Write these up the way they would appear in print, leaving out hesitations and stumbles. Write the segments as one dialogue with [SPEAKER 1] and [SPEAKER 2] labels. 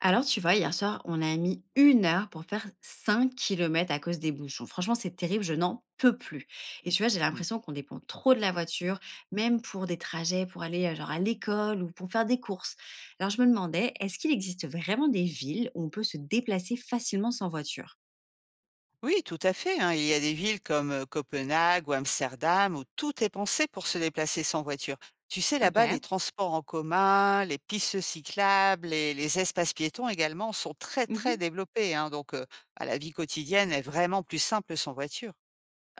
[SPEAKER 1] Alors, tu vois, hier soir, on a mis 1 heure pour faire 5 kilomètres à cause des bouchons. Franchement, c'est terrible, je n'en peux plus. Et tu vois, j'ai
[SPEAKER 2] Mmh.
[SPEAKER 1] l'impression qu'on dépend trop de la voiture, même pour des trajets, pour aller genre à l'école ou pour faire des courses. Alors, je me demandais, est-ce qu'il existe vraiment des villes où on peut se déplacer facilement sans voiture?
[SPEAKER 2] Oui, tout à fait, hein. Il y a des villes comme, Copenhague ou Amsterdam où tout est pensé pour se déplacer sans voiture. Tu sais,
[SPEAKER 1] Ok.
[SPEAKER 2] là-bas, les transports en commun, les pistes cyclables et les espaces piétons également sont très, très
[SPEAKER 1] Mhm.
[SPEAKER 2] développés, hein. Donc, la vie quotidienne est vraiment plus simple sans voiture.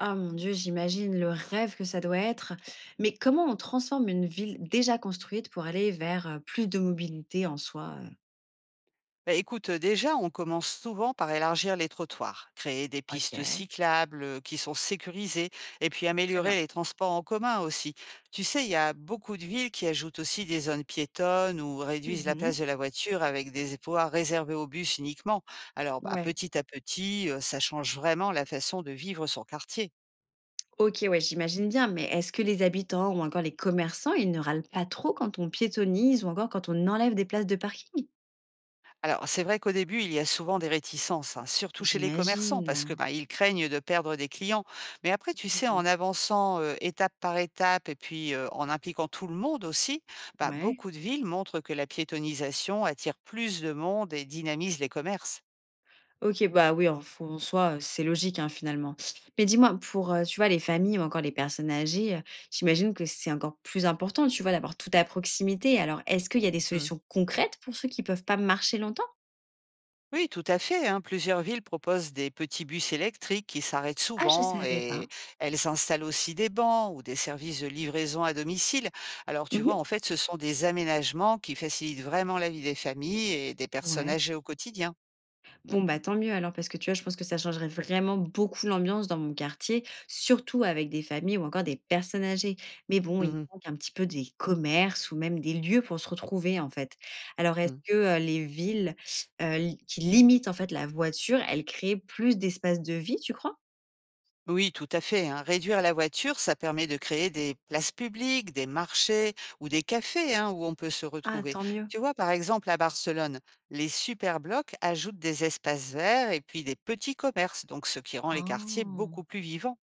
[SPEAKER 1] Oh mon Dieu, j'imagine le rêve que ça doit être. Mais comment on transforme une ville déjà construite pour aller vers plus de mobilité en soi?
[SPEAKER 2] Bah, écoute, déjà, on commence souvent par élargir les trottoirs, créer des
[SPEAKER 1] Ok,
[SPEAKER 2] pistes cyclables qui sont sécurisées et puis
[SPEAKER 1] très
[SPEAKER 2] améliorer
[SPEAKER 1] bien.
[SPEAKER 2] les transports en commun aussi. Tu sais, il y a beaucoup de villes qui ajoutent aussi des zones piétonnes ou réduisent la
[SPEAKER 1] Mhm.
[SPEAKER 2] place de la voiture avec des voies réservées aux bus uniquement. Alors, bah,
[SPEAKER 1] Ouais,
[SPEAKER 2] petit à petit, ça change vraiment la façon de vivre son quartier.
[SPEAKER 1] OK, ouais, j'imagine bien, mais est-ce que les habitants ou encore les commerçants, ils ne râlent pas trop quand on piétonise ou encore quand on enlève des places de parking?
[SPEAKER 2] Alors, c'est vrai qu'au début, il y a souvent des réticences, hein, surtout chez les commerçants,
[SPEAKER 1] J'imagine.
[SPEAKER 2] parce que ben, ils craignent de perdre des clients. Mais après, tu sais, en
[SPEAKER 1] Mhm.
[SPEAKER 2] avançant étape par étape et puis en impliquant tout le monde aussi, bah,
[SPEAKER 1] Ouais.
[SPEAKER 2] beaucoup de villes montrent que la piétonisation attire plus de monde et dynamise les commerces.
[SPEAKER 1] OK, bah oui, en, en soi, c'est logique, hein, finalement. Mais dis-moi, pour tu vois, les familles ou encore les personnes âgées, j'imagine que c'est encore plus important, tu vois, d'avoir tout à proximité. Alors, est-ce qu'il y a des solutions concrètes pour ceux qui peuvent pas marcher longtemps?
[SPEAKER 2] Oui, tout à fait, hein. Plusieurs villes proposent des petits bus électriques qui s'arrêtent
[SPEAKER 1] Ah, je
[SPEAKER 2] souvent
[SPEAKER 1] savais pas.
[SPEAKER 2] et elles installent aussi des bancs ou des services de livraison à domicile. Alors, tu vois, en
[SPEAKER 1] Mhm.
[SPEAKER 2] fait, ce sont des aménagements qui facilitent vraiment la vie des familles et des personnes
[SPEAKER 1] Ouais.
[SPEAKER 2] âgées au quotidien.
[SPEAKER 1] Bon, bah, tant mieux alors, parce que tu vois, je pense que ça changerait vraiment beaucoup l'ambiance dans mon quartier, surtout avec des familles ou encore des personnes âgées. Mais bon, il
[SPEAKER 2] Mhm.
[SPEAKER 1] manque un petit peu des commerces ou même des lieux pour se retrouver en fait. Alors est-ce
[SPEAKER 2] Mhm.
[SPEAKER 1] que, les villes, li qui limitent en fait la voiture, elles créent plus d'espaces de vie, tu crois?
[SPEAKER 2] Oui, tout à fait, hein. Réduire la voiture, ça permet de créer des places publiques, des marchés ou des cafés hein, où on peut se
[SPEAKER 1] Ah,
[SPEAKER 2] retrouver.
[SPEAKER 1] tant mieux.
[SPEAKER 2] Tu vois, par exemple, à Barcelone, les superblocs ajoutent des espaces verts et puis des petits commerces, donc ce qui rend les quartiers
[SPEAKER 1] Ah!
[SPEAKER 2] beaucoup plus vivants.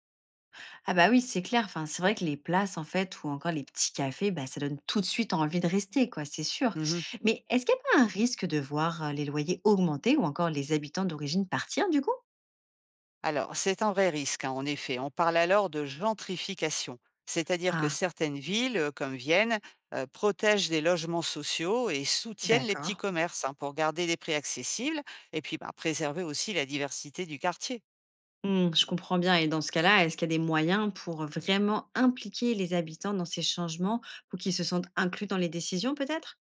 [SPEAKER 1] Ah bah oui, c'est clair. Enfin, c'est vrai que les places, en fait, ou encore les petits cafés, bah, ça donne tout de suite envie de rester, quoi, c'est sûr.
[SPEAKER 2] Mhm.
[SPEAKER 1] Mais est-ce qu'il n'y a pas un risque de voir les loyers augmenter ou encore les habitants d'origine partir, du coup?
[SPEAKER 2] Alors, c'est un vrai risque, hein, en effet. On parle alors de gentrification, c'est-à-dire que
[SPEAKER 1] Ah,
[SPEAKER 2] certaines villes, comme Vienne, protègent des logements sociaux et soutiennent les petits
[SPEAKER 1] d'accord.
[SPEAKER 2] commerces hein, pour garder des prix accessibles et puis bah, préserver aussi la diversité du quartier.
[SPEAKER 1] Hmm, je comprends bien. Et dans ce cas-là, est-ce qu'il y a des moyens pour vraiment impliquer les habitants dans ces changements pour qu'ils se sentent inclus dans les décisions, peut-être?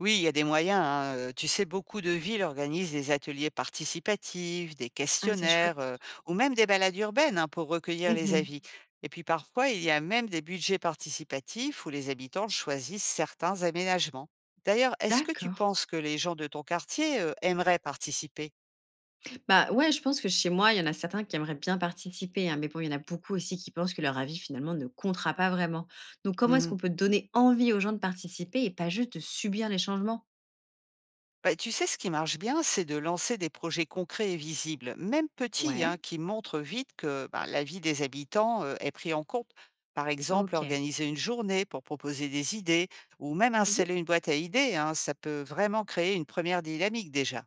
[SPEAKER 2] Oui, il y a des moyens, hein. Tu sais, beaucoup de villes organisent des ateliers participatifs, des
[SPEAKER 1] Ah, c'est
[SPEAKER 2] questionnaires
[SPEAKER 1] chouette.
[SPEAKER 2] ou même des balades urbaines hein, pour recueillir les
[SPEAKER 1] Mhm.
[SPEAKER 2] avis. Et puis parfois, il y a même des budgets participatifs où les habitants choisissent certains aménagements. D'ailleurs, est-ce que tu
[SPEAKER 1] D'accord.
[SPEAKER 2] penses que les gens de ton quartier aimeraient participer?
[SPEAKER 1] Bah, ouais, je pense que chez moi, il y en a certains qui aimeraient bien participer, hein, mais bon, il y en a beaucoup aussi qui pensent que leur avis finalement ne comptera pas vraiment. Donc, comment est-ce qu'on peut donner envie aux gens de participer et pas juste de subir les changements?
[SPEAKER 2] Bah, tu sais, ce qui marche bien, c'est de lancer des projets concrets et visibles, même petits, hein,
[SPEAKER 1] Ouais,
[SPEAKER 2] qui montrent vite que bah, la vie des habitants est prise en compte. Par exemple,
[SPEAKER 1] ok.
[SPEAKER 2] organiser une journée pour proposer des idées, ou même
[SPEAKER 1] Mhm.
[SPEAKER 2] installer une boîte à idées, hein, ça peut vraiment créer une première dynamique déjà.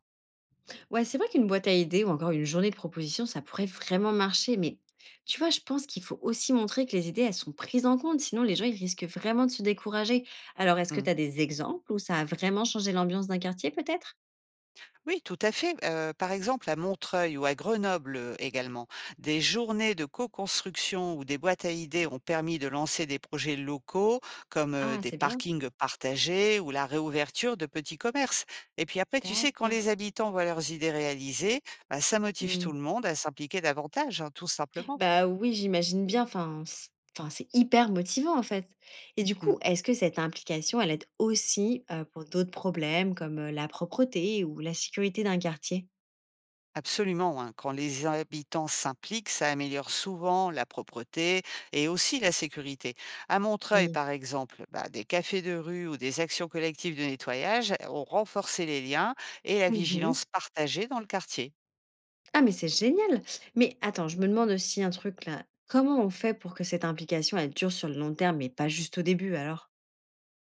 [SPEAKER 1] Ouais, c'est vrai qu'une boîte à idées ou encore une journée de propositions, ça pourrait vraiment marcher, mais tu vois, je pense qu'il faut aussi montrer que les idées, elles sont prises en compte, sinon les gens, ils risquent vraiment de se décourager. Alors, est-ce que
[SPEAKER 2] Mm.
[SPEAKER 1] tu as des exemples où ça a vraiment changé l'ambiance d'un quartier, peut-être?
[SPEAKER 2] Oui, tout à fait. Par exemple, à Montreuil ou à Grenoble, également, des journées de co-construction ou des boîtes à idées ont permis de lancer des projets locaux comme,
[SPEAKER 1] Ah,
[SPEAKER 2] des
[SPEAKER 1] c'est bien.
[SPEAKER 2] parkings partagés ou la réouverture de petits commerces. Et puis après, tu sais, quand
[SPEAKER 1] D'accord.
[SPEAKER 2] les habitants voient leurs idées réalisées, bah, ça motive tout le monde à s'impliquer davantage, hein, tout simplement.
[SPEAKER 1] Bah, oui, j'imagine bien, enfin, c'est hyper motivant, en fait. Et du
[SPEAKER 2] Mmh.
[SPEAKER 1] coup, est-ce que cette implication, elle aide aussi, pour d'autres problèmes comme, la propreté ou la sécurité d'un quartier?
[SPEAKER 2] Absolument, hein. Quand les habitants s'impliquent, ça améliore souvent la propreté et aussi la sécurité. À Montreuil,
[SPEAKER 1] Oui.
[SPEAKER 2] par exemple, bah, des cafés de rue ou des actions collectives de nettoyage ont renforcé les liens et la
[SPEAKER 1] Mmh.
[SPEAKER 2] vigilance partagée dans le quartier.
[SPEAKER 1] Ah, mais c'est génial! Mais attends, je me demande aussi un truc là, comment on fait pour que cette implication, elle dure sur le long terme et pas juste au début alors?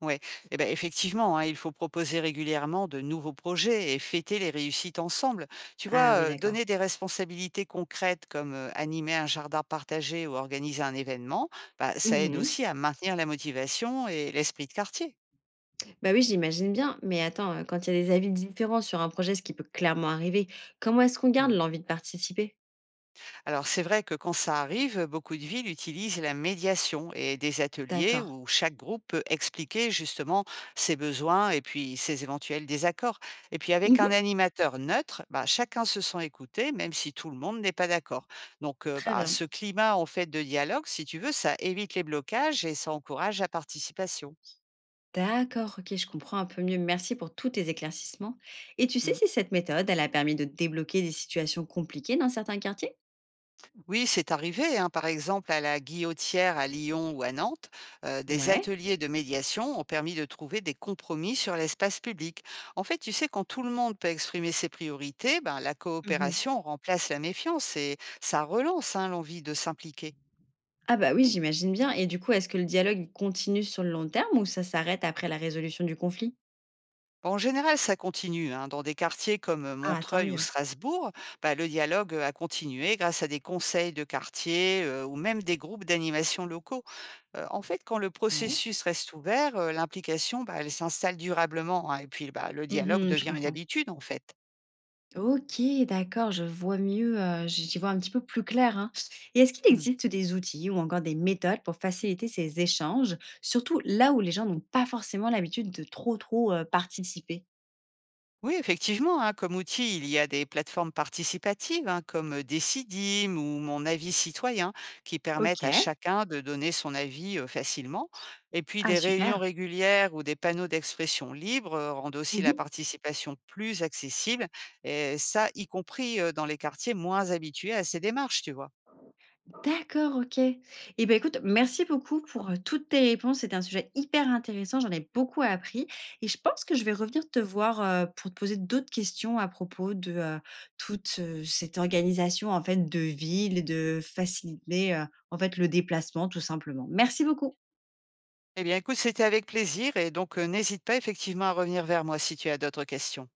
[SPEAKER 2] Ouais, et ben effectivement, hein, il faut proposer régulièrement de nouveaux projets et fêter les réussites ensemble. Tu
[SPEAKER 1] Ah
[SPEAKER 2] vois,
[SPEAKER 1] oui, d'accord.
[SPEAKER 2] donner des responsabilités concrètes comme animer un jardin partagé ou organiser un événement, bah, ça aide
[SPEAKER 1] Mmh.
[SPEAKER 2] aussi à maintenir la motivation et l'esprit de quartier.
[SPEAKER 1] Bah, oui, j'imagine bien, mais attends, quand il y a des avis différents sur un projet, ce qui peut clairement arriver, comment est-ce qu'on garde
[SPEAKER 2] Mm.
[SPEAKER 1] l'envie de participer?
[SPEAKER 2] Alors c'est vrai que quand ça arrive, beaucoup de villes utilisent la médiation et des ateliers
[SPEAKER 1] D'accord.
[SPEAKER 2] où chaque groupe peut expliquer justement ses besoins et puis ses éventuels désaccords. Et puis avec un
[SPEAKER 1] Mmh.
[SPEAKER 2] animateur neutre, bah, chacun se sent écouté, même si tout le monde n'est pas d'accord. Donc
[SPEAKER 1] Très bien.
[SPEAKER 2] ce climat en fait de dialogue, si tu veux, ça évite les blocages et ça encourage la participation.
[SPEAKER 1] D'accord, ok, je comprends un peu mieux. Merci pour tous tes éclaircissements. Et tu sais
[SPEAKER 2] Hmm.
[SPEAKER 1] si cette méthode, elle a permis de débloquer des situations compliquées dans certains quartiers?
[SPEAKER 2] Oui, c'est arrivé, hein. Par exemple, à la Guillotière à Lyon ou à Nantes, des
[SPEAKER 1] Ouais.
[SPEAKER 2] ateliers de médiation ont permis de trouver des compromis sur l'espace public. En fait, tu sais, quand tout le monde peut exprimer ses priorités, ben, la
[SPEAKER 1] Mhm.
[SPEAKER 2] coopération remplace la méfiance et ça relance hein, l'envie de s'impliquer.
[SPEAKER 1] Ah bah oui, j'imagine bien. Et du coup, est-ce que le dialogue il continue sur le long terme ou ça s'arrête après la résolution du conflit?
[SPEAKER 2] Bon, en général, ça continue, hein. Dans des quartiers comme
[SPEAKER 1] Ah, tant
[SPEAKER 2] Montreuil ou
[SPEAKER 1] mieux.
[SPEAKER 2] Strasbourg, bah, le dialogue a continué grâce à des conseils de quartier ou même des groupes d'animation locaux. En fait, quand le
[SPEAKER 1] Ouais.
[SPEAKER 2] processus reste ouvert, l'implication, bah, elle s'installe durablement hein, et puis bah, le dialogue
[SPEAKER 1] Mhm, je
[SPEAKER 2] devient une
[SPEAKER 1] comprends.
[SPEAKER 2] habitude en fait.
[SPEAKER 1] OK, d'accord, je vois mieux, j'y vois un petit peu plus clair, hein. Et est-ce qu'il
[SPEAKER 2] Mm.
[SPEAKER 1] existe des outils ou encore des méthodes pour faciliter ces échanges, surtout là où les gens n'ont pas forcément l'habitude de participer?
[SPEAKER 2] Oui, effectivement, hein, comme outil, il y a des plateformes participatives hein, comme Decidim ou Mon avis citoyen qui permettent à
[SPEAKER 1] OK.
[SPEAKER 2] chacun de donner son avis facilement. Et puis
[SPEAKER 1] Ah
[SPEAKER 2] des réunions
[SPEAKER 1] super.
[SPEAKER 2] régulières ou des panneaux d'expression libre rendent aussi la
[SPEAKER 1] Mmh.
[SPEAKER 2] participation plus accessible, et ça y compris dans les quartiers moins habitués à ces démarches, tu vois.
[SPEAKER 1] D'accord, OK. Eh ben écoute, merci beaucoup pour, toutes tes réponses. C'était un sujet hyper intéressant, j'en ai beaucoup appris et je pense que je vais revenir te voir, pour te poser d'autres questions à propos de, toute, cette organisation, en fait, de ville, de faciliter, en fait, le déplacement, tout simplement. Merci beaucoup.
[SPEAKER 2] Eh bien, écoute, c'était avec plaisir et donc n'hésite pas effectivement à revenir vers moi si tu as d'autres questions.